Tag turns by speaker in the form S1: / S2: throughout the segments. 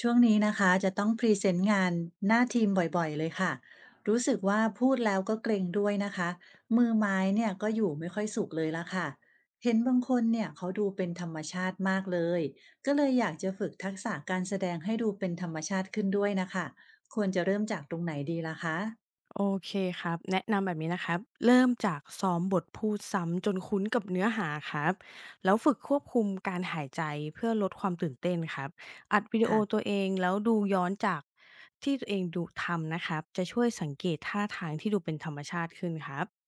S1: ช่วงนี้นะคะจะต้องพรีเซนต์งานหน้าทีมบ่อยๆเลยค่ะรู้สึกว่าพูดแล้วก็เกรงด้วยนะคะมือไม้เนี่ยก็อยู่ไม่ค่อยสุขเลยละค่ะเห็นบางคนเนี่ยเขาดูเป็นธรรมชาติมากเลยก็เลยอยากจะฝึกทักษะการแสดงให้ดูเป็นธรรมชาติขึ้นด้วยนะคะควรจะเริ่มจากตรงไหนดีล่ะคะ
S2: โอเคครับแนะนำแบบนี้นะครับเริ่มจากซ้อมบทพูดซ้ำจนคุ้นกับเนื้อหาครับแล้วฝึกควบคุมการหายใจเพื่อลดความตื่นเต้นครับอัดวิดีโอตัว
S1: ค่ะ
S2: เองแล้วดูย้อนจากที่ตัวเองดูทำนะครับจะช่วยสังเกตท่าทางที่ดูเป็นธรรมชาติขึ้นครับ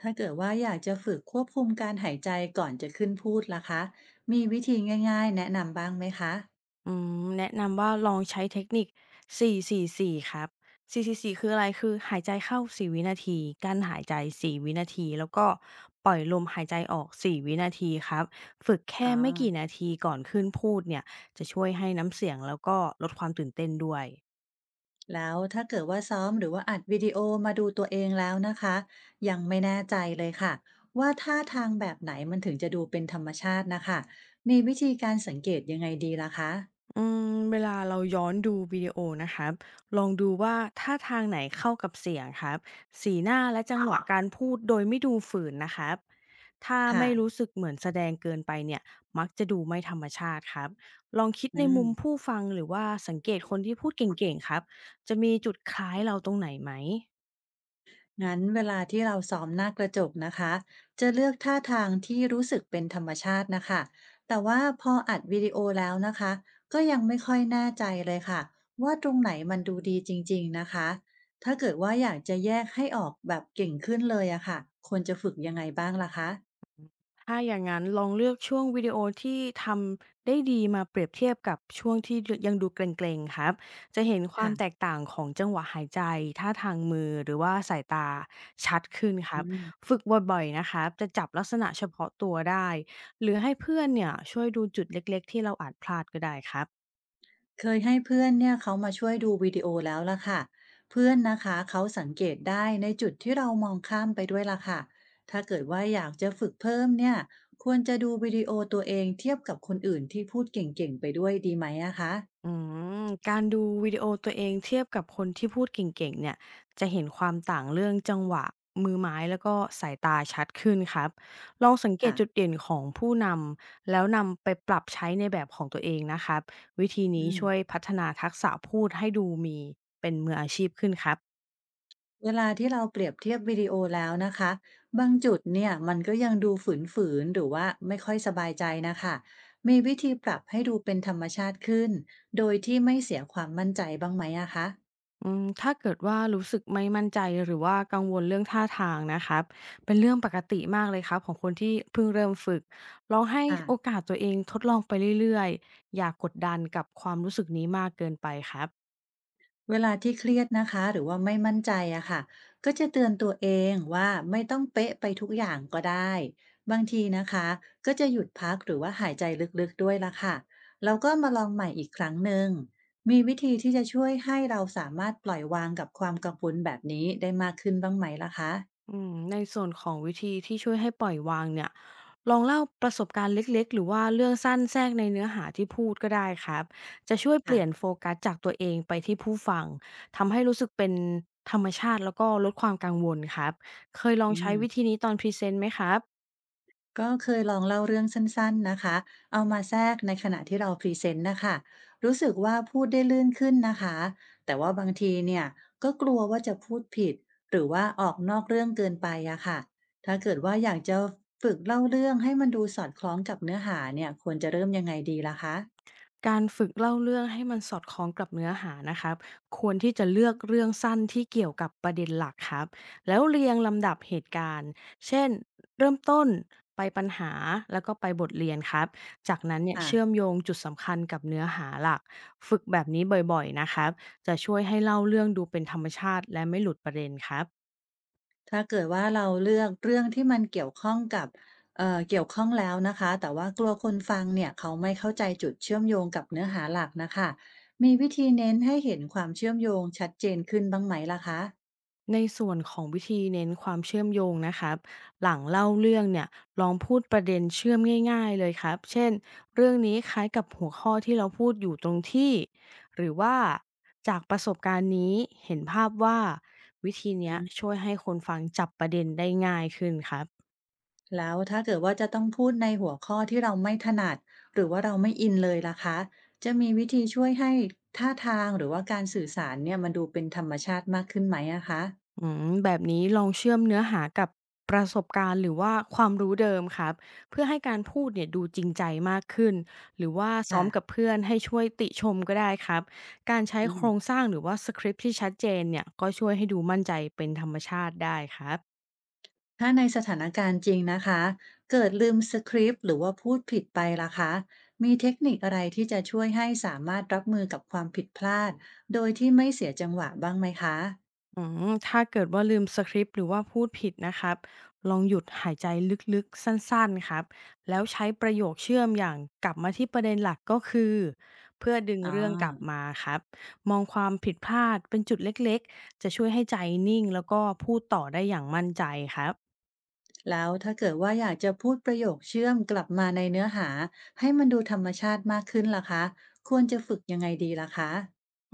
S1: ถ้าเกิดว่าอยากจะฝึกควบคุมการหายใจก่อนจะขึ้นพูดล่ะคะมีวิธีง่ายๆแนะนำบ้างไหมคะ
S2: อืแนะนำว่าลองใช้เทคนิค4-4-4 ครับ 4-4-4 คืออะไรคือหายใจเข้า4วินาทีกั้นหายใจ4วินาที แล้วก็ปล่อยลมหายใจออก4วินาทีครับ ฝึก
S1: อ๋อ
S2: แค่ไม่กี่นาทีก่อนขึ้นพูดเนี่ยจะช่วยให้น้ำเสียงแล้วก็ลดความตื่นเต้นด้วย
S1: แล้วถ้าเกิดว่าซ้อมหรือว่าอัดวิดีโอมาดูตัวเองแล้วนะคะยังไม่แน่ใจเลยค่ะว่าท่าทางแบบไหนมันถึงจะดูเป็นธรรมชาตินะคะมีวิธีการสังเกตยังไงดีล่ะคะ
S2: อืเวลาเราย้อนดูวิดีโอนะครับลองดูว่าท่าทางไหนเข้ากับเสียงครับสีหน้าและจังหวะค่ะการพูดโดยไม่ดูฝืนนะครับถ้า
S1: ค่ะ
S2: ไม่รู้สึกเหมือนแสดงเกินไปเนี่ยมักจะดูไม่ธรรมชาติครับ ลองคิด
S1: อื
S2: ในมุม
S1: ม
S2: ผู้ฟังหรือว่าสังเกตคนที่พูดเก่งๆครับจะมีจุดคล้ายเราตรงไหนไหม
S1: งั้นเวลาที่เราซ้อมหน้ากระจกนะคะจะเลือกท่าทางที่รู้สึกเป็นธรรมชาตินะคะแต่ว่าพออัดวิดีโอแล้วนะคะก็ยังไม่ค่อยแน่ใจเลยค่ะว่าตรงไหนมันดูดีจริงๆนะคะถ้าเกิดว่าอยากจะแยกให้ออกแบบเก่งขึ้นเลยอะค่ะควรจะฝึกยังไงบ้างล่ะคะ
S2: ถ้าอย่างงั้นลองเลือกช่วงวิดีโอที่ทำได้ดีมาเปรียบเทียบกับช่วงที่ยังดูเกร็งๆครับจะเห็นความแตก
S1: ค่ะ
S2: ต่างของจังหวะหายใจท่าทางมือหรือว่าสายตาชัดขึ้นค
S1: อื
S2: รับ
S1: ม
S2: ฝึกบ่อยๆนะครับจะจับลักษณะเฉพาะตัวได้หรือให้เพื่อนเนี่ยช่วยดูจุดเล็กๆที่เราอาจพลาดก็ได้ครับ
S1: เคยให้เพื่อนเนี่ยเขามาช่วยดูวิดีโอแล้วล่ะค่ะเพื่อนนะคะเขาสังเกตได้ในจุดที่เรามองข้ามไปด้วยล่ะค่ะถ้าเกิดว่าอยากจะฝึกเพิ่มเนี่ยควรจะดูวิดีโอตัวเองเทียบกับคนอื่นที่พูดเก่งๆไปด้วยดีไหมอะคะ
S2: อืมการดูวิดีโอตัวเองเทียบกับคนที่พูดเก่งๆเนี่ยจะเห็นความต่างเรื่องจังหวะมือไม้แล้วก็สายตาชัดขึ้นครับลองสังเกต
S1: ค่ะ
S2: จุดเด่นของผู้นำแล้วนำไปปรับใช้ในแบบของตัวเองนะครับวิธีนี้
S1: อืม
S2: ช่วยพัฒนาทักษะพูดให้ดูมีเป็นมืออาชีพขึ้นครับ
S1: เวลาที่เราเปรียบเทียบวิดีโอแล้วนะคะบางจุดเนี่ยมันก็ยังดูฝืนๆหรือว่าไม่ค่อยสบายใจนะคะมีวิธีปรับให้ดูเป็นธรรมชาติขึ้นโดยที่ไม่เสียความมั่นใจบ้างไหมอะคะ
S2: ถ้าเกิดว่ารู้สึกไม่มั่นใจหรือว่ากังวลเรื่องท่าทางนะครับเป็นเรื่องปกติมากเลยครับของคนที่เพิ่งเริ่มฝึกลองให้
S1: ค่ะ
S2: โอกาสตัวเองทดลองไปเรื่อยๆอย่ากดดันกับความรู้สึกนี้มากเกินไปครับ
S1: เวลาที่เครียดนะคะหรือว่าไม่มั่นใจอะค่ะก็จะเตือนตัวเองว่าไม่ต้องเป๊ะไปทุกอย่างก็ได้บางทีนะคะก็จะหยุดพักหรือว่าหายใจลึกๆด้วยละค่ะแล้วก็มาลองใหม่อีกครั้งหนึ่งมีวิธีที่จะช่วยให้เราสามารถปล่อยวางกับความกังวลแบบนี้ได้มากขึ้นบ้างไหมล่ะคะ
S2: ในส่วนของวิธีที่ช่วยให้ปล่อยวางเนี่ยลองเล่าประสบการณ์เล็กๆหรือว่าเรื่องสั้นแทรกในเนื้อหาที่พูดก็ได้ครับจะช่วยเปลี่ยน
S1: ค่ะ
S2: โฟกัสจากตัวเองไปที่ผู้ฟังทำให้รู้สึกเป็นธรรมชาติแล้วก็ลดความกังวลครับเคยลอ
S1: อื
S2: งใช้
S1: ม
S2: วิธีนี้ตอนพรีเซนต์ไหมครับ
S1: ก็เคยลองเล่าเรื่องสั้นๆนะคะเอามาแทรกในขณะที่เราพรีเซนต์นะคะ รู้สึกว่าพูดได้ลื่นขึ้นนะคะ แต่ว่าบางทีเนี่ยก็กลัวว่าจะพูดผิด หรือว่าออกนอกเรื่องเกินไปอะค่ะถ้าเกิดว่าอยากจะฝึกเล่าเรื่องให้มันดูสอดคล้องกับเนื้อหาเนี่ย ควรจะเริ่มยังไงดีล่ะคะ
S2: การฝึกเล่าเรื่องให้มันสอดคล้องกับเนื้อหานะครับควรที่จะเลือกเรื่องสั้นที่เกี่ยวกับประเด็นหลักครับแล้วเรียงลำดับเหตุการณ์เช่นเริ่มต้นไปปัญหาแล้วก็ไปบทเรียนครับจากนั้นเนี่ย
S1: อ่ะ
S2: เชื่อมโยงจุดสำคัญกับเนื้อหาหลักฝึกแบบนี้บ่อยๆนะครับจะช่วยให้เล่าเรื่องดูเป็นธรรมชาติและไม่หลุดประเด็นครับ
S1: ถ้าเกิดว่าเราเลือกเรื่องที่มันเกี่ยวข้องกับเกี่ยวข้องแล้วนะคะแต่ว่ากลัวคนฟังเนี่ยเขาไม่เข้าใจจุดเชื่อมโยงกับเนื้อหาหลักน่ะค่ะมีวิธีเน้นให้เห็นความเชื่อมโยงชัดเจนขึ้นบ้างไหมล่ะคะ
S2: ในส่วนของวิธีเน้นความเชื่อมโยงนะครับหลังเล่าเรื่องเนี่ยลองพูดประเด็นเชื่อมง่ายๆเลยครับเช่นเรื่องนี้คล้ายกับหัวข้อที่เราพูดอยู่ตรงที่หรือว่าจากประสบการณ์นี้เห็นภาพว่าวิธีเนี้
S1: อื
S2: ย
S1: ม
S2: ช่วยให้คนฟังจับประเด็นได้ง่ายขึ้นครับ
S1: แล้วถ้าเกิดว่าจะต้องพูดในหัวข้อที่เราไม่ถนัดหรือว่าเราไม่อินเลยล่ะคะจะมีวิธีช่วยให้ท่าทางหรือว่าการสื่อสารเนี่ยมันดูเป็นธรรมชาติมากขึ้นไหมอะคะ
S2: แบบนี้ลองเชื่อมเนื้อหากับประสบการณ์หรือว่าความรู้เดิมครับเพื่อให้การพูดเนี่ยดูจริงใจมากขึ้นหรือว่าซ้อมกับ
S1: ค่ะ
S2: เพื่อนให้ช่วยติชมก็ได้ครับการใช้
S1: อืม
S2: โครงสร้างหรือว่าสคริปต์ที่ชัดเจนเนี่ยก็ช่วยให้ดูมั่นใจเป็นธรรมชาติได้ครับ
S1: ถ้าในสถานการณ์จริงนะคะเกิดลืมสคริปต์หรือว่าพูดผิดไปล่ะคะมีเทคนิคอะไรที่จะช่วยให้สามารถรับมือกับความผิดพลาดโดยที่ไม่เสียจังหวะบ้างไหมคะ
S2: ถ้าเกิดว่าลืมสคริปต์หรือว่าพูดผิดนะครับ ลองหยุดหายใจลึกๆสั้นๆครับ แล้วใช้ประโยคเชื่อมอย่างกลับมาที่ประเด็นหลักก็คือเพื่อดึง
S1: อ่
S2: เรื่องกลับ
S1: า
S2: มาครับมองความผิดพลาดเป็นจุดเล็กๆจะช่วยให้ใจนิ่งแล้วก็พูดต่อได้อย่างมั่นใจครับ
S1: แล้วถ้าเกิดว่าอยากจะพูดประโยคเชื่อมกลับมาในเนื้อหาให้มันดูธรรมชาติมากขึ้นล่ะคะควรจะฝึกยังไงดีล่ะคะ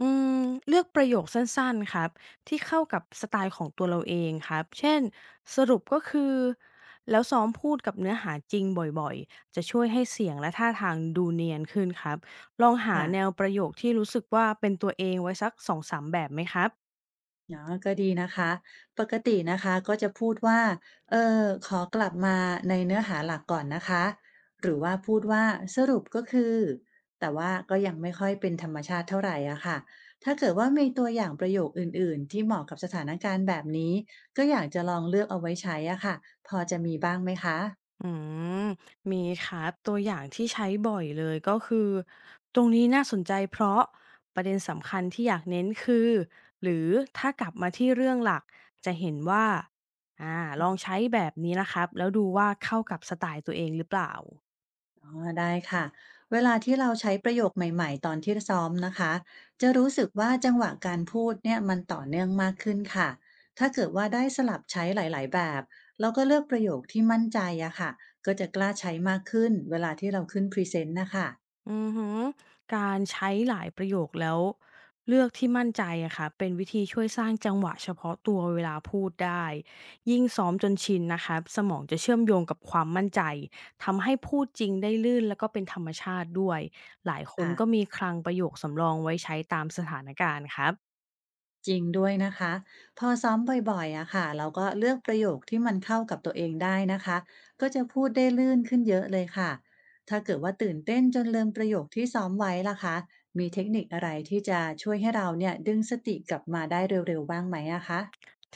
S2: อืมเลือกประโยคสั้นๆครับที่เข้ากับสไตล์ของตัวเราเองครับเช่นสรุปก็คือแล้วซ้อมพูดกับเนื้อหาจริงบ่อยๆจะช่วยให้เสียงและท่าทางดูเนียนขึ้นครับลองหา
S1: ค่ะ
S2: แนวประโยคที่รู้สึกว่าเป็นตัวเองไว้สัก2-3แบบไหมครับ
S1: เนาอก็ดีนะคะปกตินะคะก็จะพูดว่าเออขอกลับมาในเนื้อหาหลักก่อนนะคะหรือว่าพูดว่าสรุปก็คือแต่ว่าก็ยังไม่ค่อยเป็นธรรมชาติเท่าไหรอะค่ะถ้าเกิดว่ามีตัวอย่างประโยคอื่นๆที่เหมาะกับสถานการณ์แบบนี้ก็อยากจะลองเลือกเอาไว้ใช้อะค่ะพอจะมีบ้างไหมคะ
S2: อืมมีครับตัวอย่างที่ใช้บ่อยเลยก็คือตรงนี้น่าสนใจเพราะประเด็นสำคัญที่อยากเน้นคือหรือถ้ากลับมาที่เรื่องหลักจะเห็นว่าอ่าลองใช้แบบนี้นะครับแล้วดูว่าเข้ากับสไตล์ตัวเองหรือเปล่า
S1: อ๋อได้ค่ะเวลาที่เราใช้ประโยคใหม่ๆตอนที่ซ้อมนะคะจะรู้สึกว่าจังหวะการพูดเนี่ยมันต่อเนื่องมากขึ้นค่ะถ้าเกิดว่าได้สลับใช้หลายๆแบบแล้วก็เลือกประโยคที่มั่นใจอะค่ะก็จะกล้าใช้มากขึ้นเวลาที่เราขึ้นพรีเซนต์นะคะ
S2: อือฮึการใช้หลายประโยคแล้วเลือกที่มั่นใจอะค่ะเป็นวิธีช่วยสร้างจังหวะเฉพาะตัวเวลาพูดได้ยิ่งซ้อมจนชินนะคะสมองจะเชื่อมโยงกับความมั่นใจทำให้พูดจริงได้ลื่นแล้วก็เป็นธรรมชาติด้วยหลายคนก็
S1: ค่ะ
S2: มีคลังประโยคสำรองไว้ใช้ตามสถานการณ์ครับ
S1: จริงด้วยนะคะพอซ้อมบ่อยๆอะค่ะเราก็เลือกประโยคที่มันเข้ากับตัวเองได้นะคะก็จะพูดได้ลื่นขึ้นเยอะเลยค่ะถ้าเกิดว่าตื่นเต้นจนลืมประโยคที่ซ้อมไว้ล่ะคะมีเทคนิคอะไรที่จะช่วยให้เราเนี่ยดึงสติกลับมาได้เร็วๆบ้างไหมอะคะ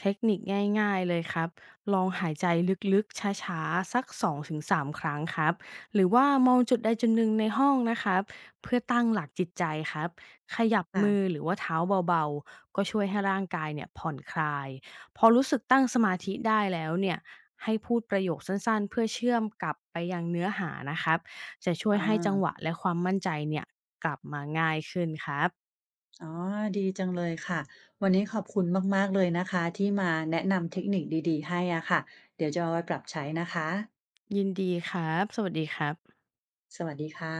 S2: เทคนิคง่ายๆเลยครับ ลองหายใจลึกๆช้าๆสัก2-3ครั้งครับ หรือว่ามองจุดใดจุดหนึ่งในห้องนะครับเพื่อตั้งหลักจิตใจครับขยับมือ
S1: ค่ะ
S2: หรือว่าเท้าเบาๆก็ช่วยให้ร่างกายเนี่ยผ่อนคลาย พอรู้สึกตั้งสมาธิได้แล้วเนี่ยให้พูดประโยคสั้นๆเพื่อเชื่อมกลับไปยังเนื้อหานะครับจะช่ว
S1: อ่
S2: ยให้จังหวะ
S1: า
S2: และความมั่นใจเนี่ยกลับมาง่ายขึ้นครับ
S1: อ๋อดีจังเลยค่ะวันนี้ขอบคุณมากๆเลยนะคะที่มาแนะนำเทคนิคดีๆให้อะค่ะเดี๋ยวจะเอาไว้ปรับใช้นะคะ
S2: ยินดีครับสวัสดีครับ
S1: สวัสดีค่ะ